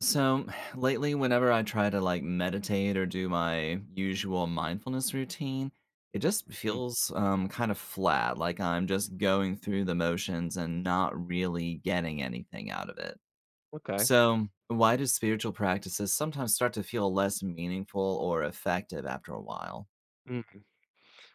So lately, whenever I try to meditate or do my usual mindfulness routine, it just Mm, feels kind of flat, like I'm just going through the motions and not really getting anything out of it. okay. So, why do spiritual practices sometimes start to feel less meaningful or effective after a while? Mm.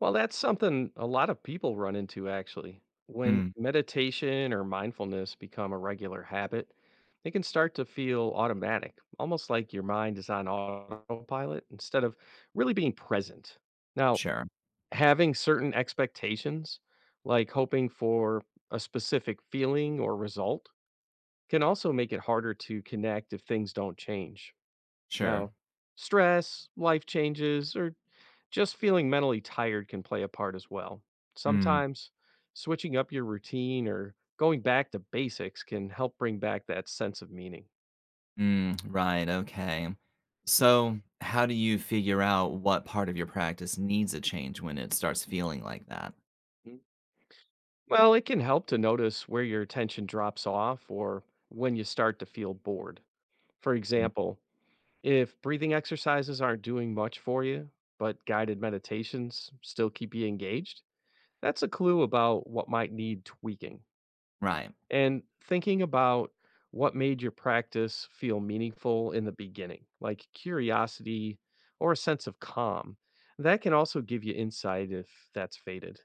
Well, that's something a lot of people run into actually. When Mm, meditation or mindfulness become a regular habit, it can start to feel automatic, almost like your mind is on autopilot instead of really being present. Now, sure, having certain expectations, like hoping for a specific feeling or result, can also make it harder to connect if things don't change. Now, sure. stress, life changes, or just feeling mentally tired can play a part as well. Mm, Sometimes switching up your routine or going back to basics can help bring back that sense of meaning. mm, right, okay. So, how do you figure out what part of your practice needs a change when it starts feeling like that? Mm. Well, it can help to notice where your attention drops off or when you start to feel bored. For Mm, example, if breathing exercises aren't doing much for you, but guided meditations still keep you engaged, that's a clue about what might need tweaking. right. And thinking about what made your practice feel meaningful in the beginning, like curiosity or a sense of calm. That can also give you insight if that's faded.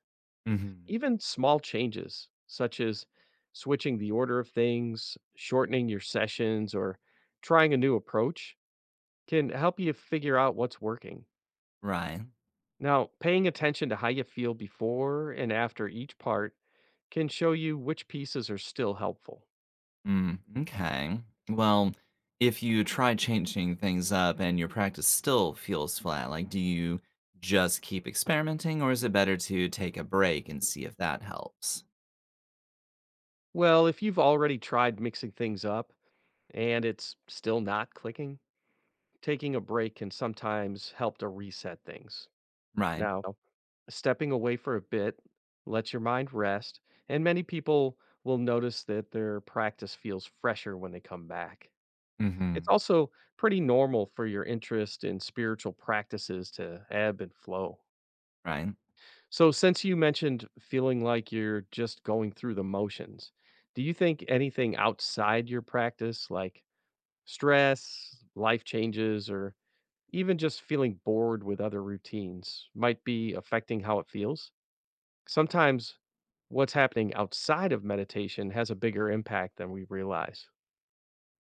Mhm. Even small changes, such as switching the order of things, shortening your sessions, or trying a new approach, can help you figure out what's working. Right. Now, paying attention to how you feel before and after each part can show you which pieces are still helpful. Mm, okay. Well, if you try changing things up and your practice still feels flat, do you just keep experimenting, or is it better to take a break and see if that helps? Well, if you've already tried mixing things up and it's still not clicking, taking a break can sometimes help to reset things. Right. Now, stepping away for a bit lets your mind rest, and many people will notice that their practice feels fresher when they come back. It's Mhm. also pretty normal for your interest in spiritual practices to ebb and flow. Right. So, since you mentioned feeling like you're just going through the motions, do you think anything outside your practice, like stress, life changes, or even just feeling bored with other routines might be affecting how it feels. Sometimes what's happening outside of meditation has a bigger impact than we realize.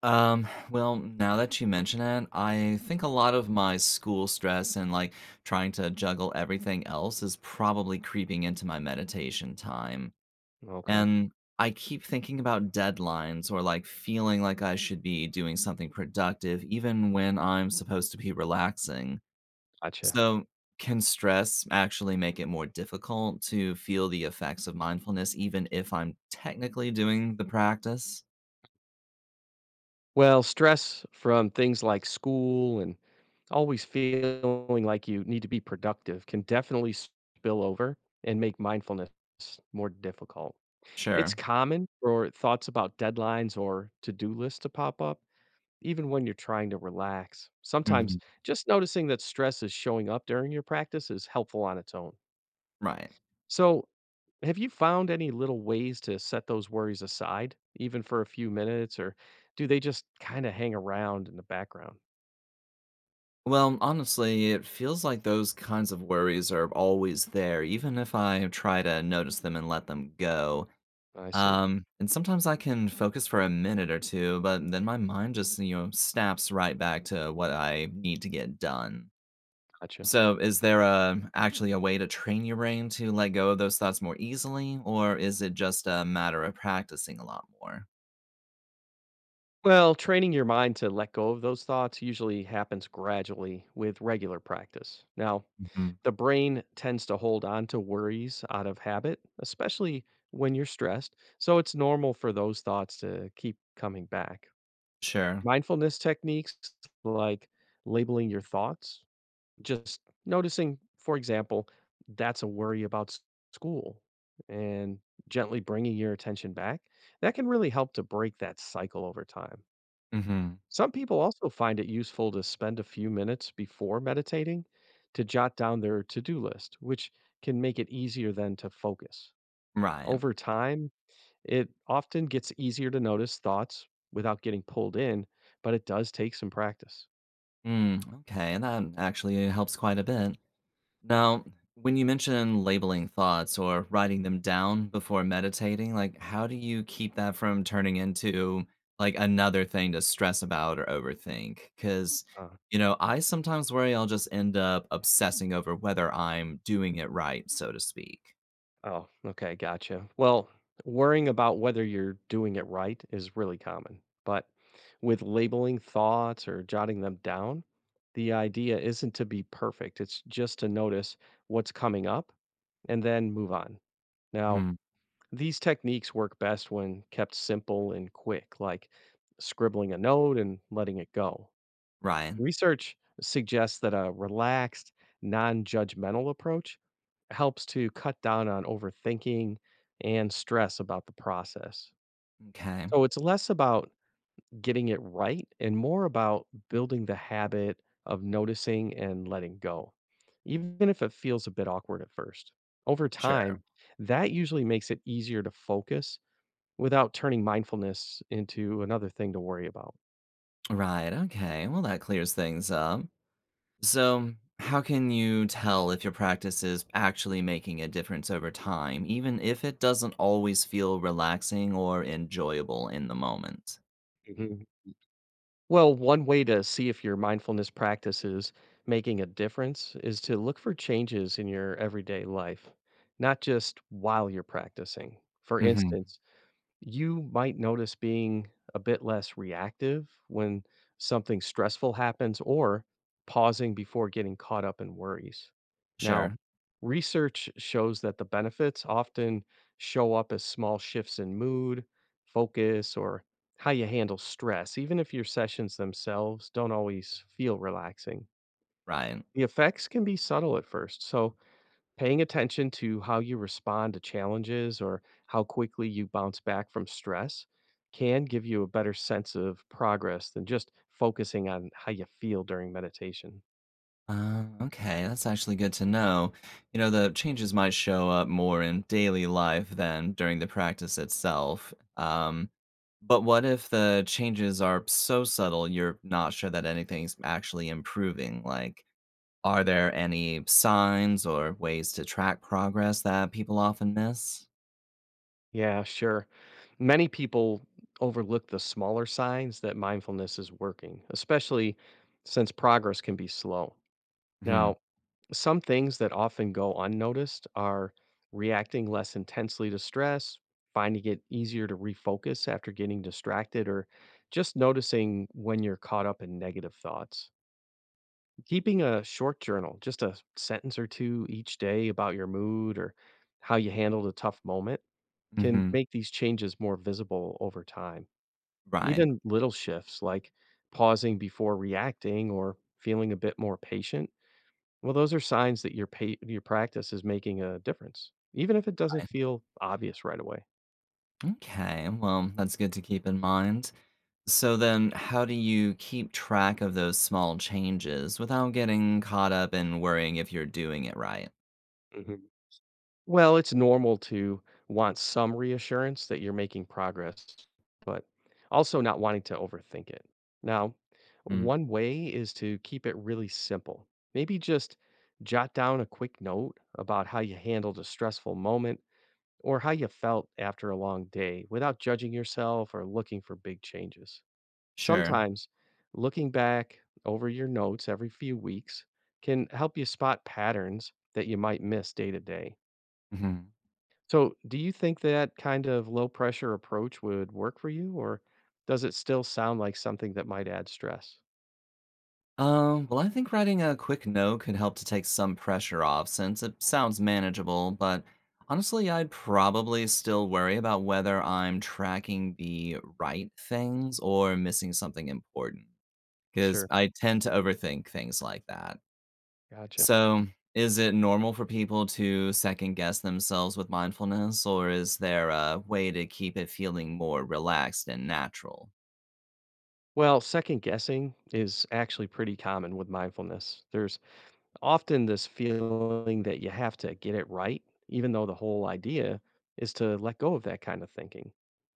Well, now that you mention it, I think a lot of my school stress and trying to juggle everything else is probably creeping into my meditation time. Okay, And I keep thinking about deadlines or like feeling like I should be doing something productive even when I'm supposed to be relaxing. gotcha. So, can stress actually make it more difficult to feel the effects of mindfulness even if I'm technically doing the practice? Well, stress from things like school and always feeling like you need to be productive can definitely spill over and make mindfulness more difficult. It's Sure. common for thoughts about deadlines or to do lists to pop up, even when you're trying to relax, sometimes Mhm. just noticing that stress is showing up during your practice is helpful on its own. Right. So, have you found any little ways to set those worries aside, even for a few minutes, or do they just kind of hang around in the background? Well, honestly, it feels like those kinds of worries are always there, even if I try to notice them and let them go. I see. And sometimes I can focus for a minute or two, but then my mind just, snaps right back to what I need to get done. Gotcha. So, is there a, actually a way to train your brain to let go of those thoughts more easily, or is it just a matter of practicing a lot more? Well, training your mind to let go of those thoughts usually happens gradually with regular practice. Now, Hmm. the brain tends to hold on to worries out of habit, especially when you're stressed, so it's normal for those thoughts to keep coming back. Sure. Mindfulness techniques like labeling your thoughts, just noticing, for example, that's a worry about school and gently bringing your attention back, that can really help to break that cycle over time. Hmm. Some people also find it useful to spend a few minutes before meditating to jot down their to do list, which can make it easier then to focus. Right. Over time, it often gets easier to notice thoughts without getting pulled in, but it does take some practice. Mm, okay, that actually helps quite a bit. Now, when you mention labeling thoughts or writing them down before meditating, how do you keep that from turning into another thing to stress about or overthink? Cuz Uh, I sometimes worry I'll just end up obsessing over whether I'm doing it right, so to speak. Oh, okay, gotcha. Well, worrying about whether you're doing it right is really common, but with labeling thoughts or jotting them down, the idea isn't to be perfect. It's just to notice what's coming up and then move on. Now, Hmm. these techniques work best when kept simple and quick, like scribbling a note and letting it go. Right. Research suggests that a relaxed, non judgmental approach helps to cut down on overthinking and stress about the process. Okay. So it's less about getting it right and more about building the habit of noticing and letting go, even if it feels a bit awkward at first. Over time, Sure. that usually makes it easier to focus without turning mindfulness into another thing to worry about. Right. Okay. Well, that clears things up. So, how can you tell if your practice is actually making a difference over time, even if it doesn't always feel relaxing or enjoyable in the moment? Mhm. Well, one way to see if your mindfulness practice is making a difference is to look for changes in your everyday life, not just while you're practicing. For Hmm. instance, you might notice being a bit less reactive when something stressful happens or pausing before getting caught up in worries. Now, Sure. research shows that the benefits often show up as small shifts in mood, focus, or how you handle stress, even if your sessions themselves don't always feel relaxing. Right. The effects can be subtle at first, so paying attention to how you respond to challenges or how quickly you bounce back from stress can give you a better sense of progress than just focusing on how you feel during meditation. Okay, that's actually good to know. You know, the changes might show up more in daily life than during the practice itself. But what if the changes are so subtle you're not sure that anything's actually improving? Like, are there any signs or ways to track progress that people often miss? Yeah, sure. Many people overlook the smaller signs that mindfulness is working, especially since progress can be slow. Hmm. Now, some things that often go unnoticed are reacting less intensely to stress, finding it easier to refocus after getting distracted, or just noticing when you're caught up in negative thoughts. Keeping a short journal, just a sentence or two each day about your mood or how you handled a tough moment, can Hmm. make these changes more visible over time. Right, Even little shifts like pausing before reacting or feeling a bit more patient well, those are signs that your practice is making a difference, even if it doesn't right. feel obvious right away. Okay, well, that's good to keep in mind. So then, how do you keep track of those small changes without getting caught up in worrying if you're doing it right? hmm Well, it's normal to want some reassurance that you're making progress, but also not wanting to overthink it. Now, Mm, one way is to keep it really simple. Maybe just jot down a quick note about how you handled a stressful moment or how you felt after a long day without judging yourself or looking for big changes. sure. Sometimes looking back over your notes every few weeks can help you spot patterns that you might miss day to day. So, do you think that kind of low pressure approach would work for you, or does it still sound like something that might add stress? Well, I think writing a quick note could help to take some pressure off since it sounds manageable, but honestly, I'd probably still worry about whether I'm tracking the right things or missing something important because Sure. I tend to overthink things like that. Gotcha. So, is it normal for people to second guess themselves with mindfulness, or is there a way to keep it feeling more relaxed and natural? Well, second guessing is actually pretty common with mindfulness. There's often this feeling that you have to get it right, even though the whole idea is to let go of that kind of thinking.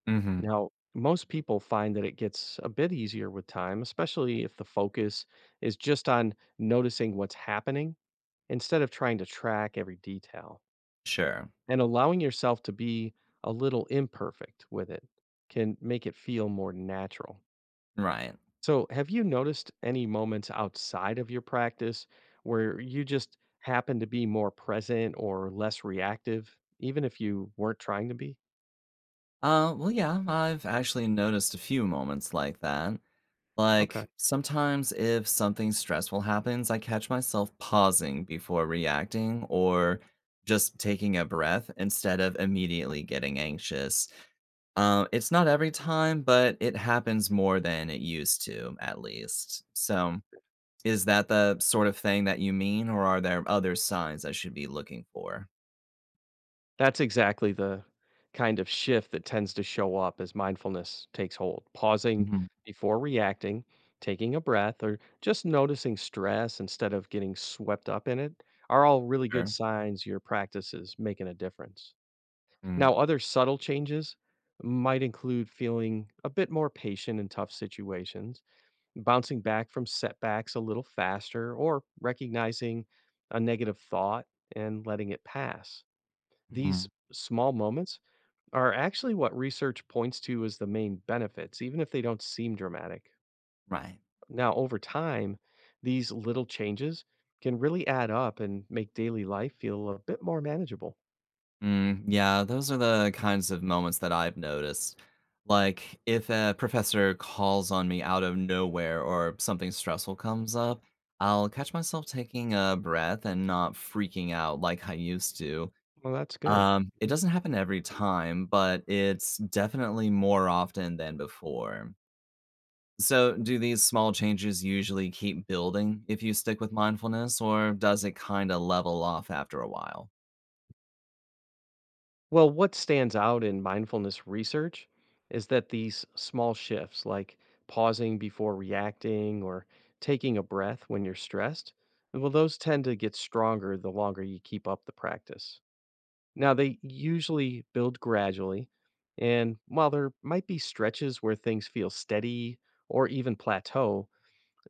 Hmm. Now, most people find that it gets a bit easier with time, especially if the focus is just on noticing what's happening instead of trying to track every detail. Sure. And allowing yourself to be a little imperfect with it can make it feel more natural. Right. So, have you noticed any moments outside of your practice where you just happen to be more present or less reactive, even if you weren't trying to be? Well, yeah, I've actually noticed a few moments like that. Okay. Like, sometimes if something stressful happens, I catch myself pausing before reacting or just taking a breath instead of immediately getting anxious. It's not every time, but it happens more than it used to, at least. So, is that the sort of thing that you mean, or are there other signs I should be looking for? That's exactly the kind of shift that tends to show up as mindfulness takes hold. Pausing Mhm. before reacting, taking a breath, or just noticing stress instead of getting swept up in it are all really good Sure. signs your practice is making a difference. Mm. Now, other subtle changes might include feeling a bit more patient in tough situations, bouncing back from setbacks a little faster, or recognizing a negative thought and letting it pass. These Mhm. small moments are actually what research points to as the main benefits, even if they don't seem dramatic. Right. Now, over time, these little changes can really add up and make daily life feel a bit more manageable. Mm, yeah, those are the kinds of moments that I've noticed. Like, if a professor calls on me out of nowhere or something stressful comes up, I'll catch myself taking a breath and not freaking out like I used to. Well, that's good. It Mhm. doesn't happen every time, but it's definitely more often than before. So, do these small changes usually keep building if you stick with mindfulness, or does it kind of level off after a while? Well, what stands out in mindfulness research is that these small shifts, like pausing before reacting or taking a breath when you're stressed, well, those tend to get stronger the longer you keep up the practice. Now, they usually build gradually, and while there might be stretches where things feel steady or even plateau,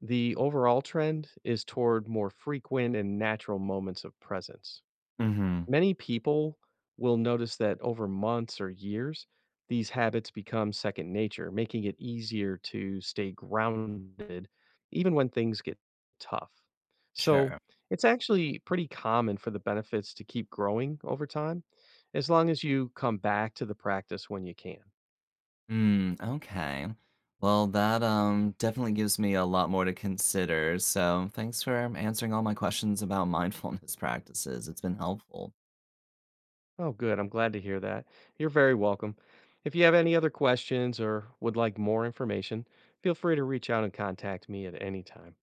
the overall trend is toward more frequent and natural moments of presence. Hmm. Many people will notice that over months or years, these habits become second nature, making it easier to stay grounded even when things get tough. So, Sure. it's actually pretty common for the benefits to keep growing over time as long as you come back to the practice when you can. Mm, okay. Well, that definitely gives me a lot more to consider. So, thanks for answering all my questions about mindfulness practices. It's been helpful. Oh, good. I'm glad to hear that. You're very welcome. If you have any other questions or would like more information, feel free to reach out and contact me at any time.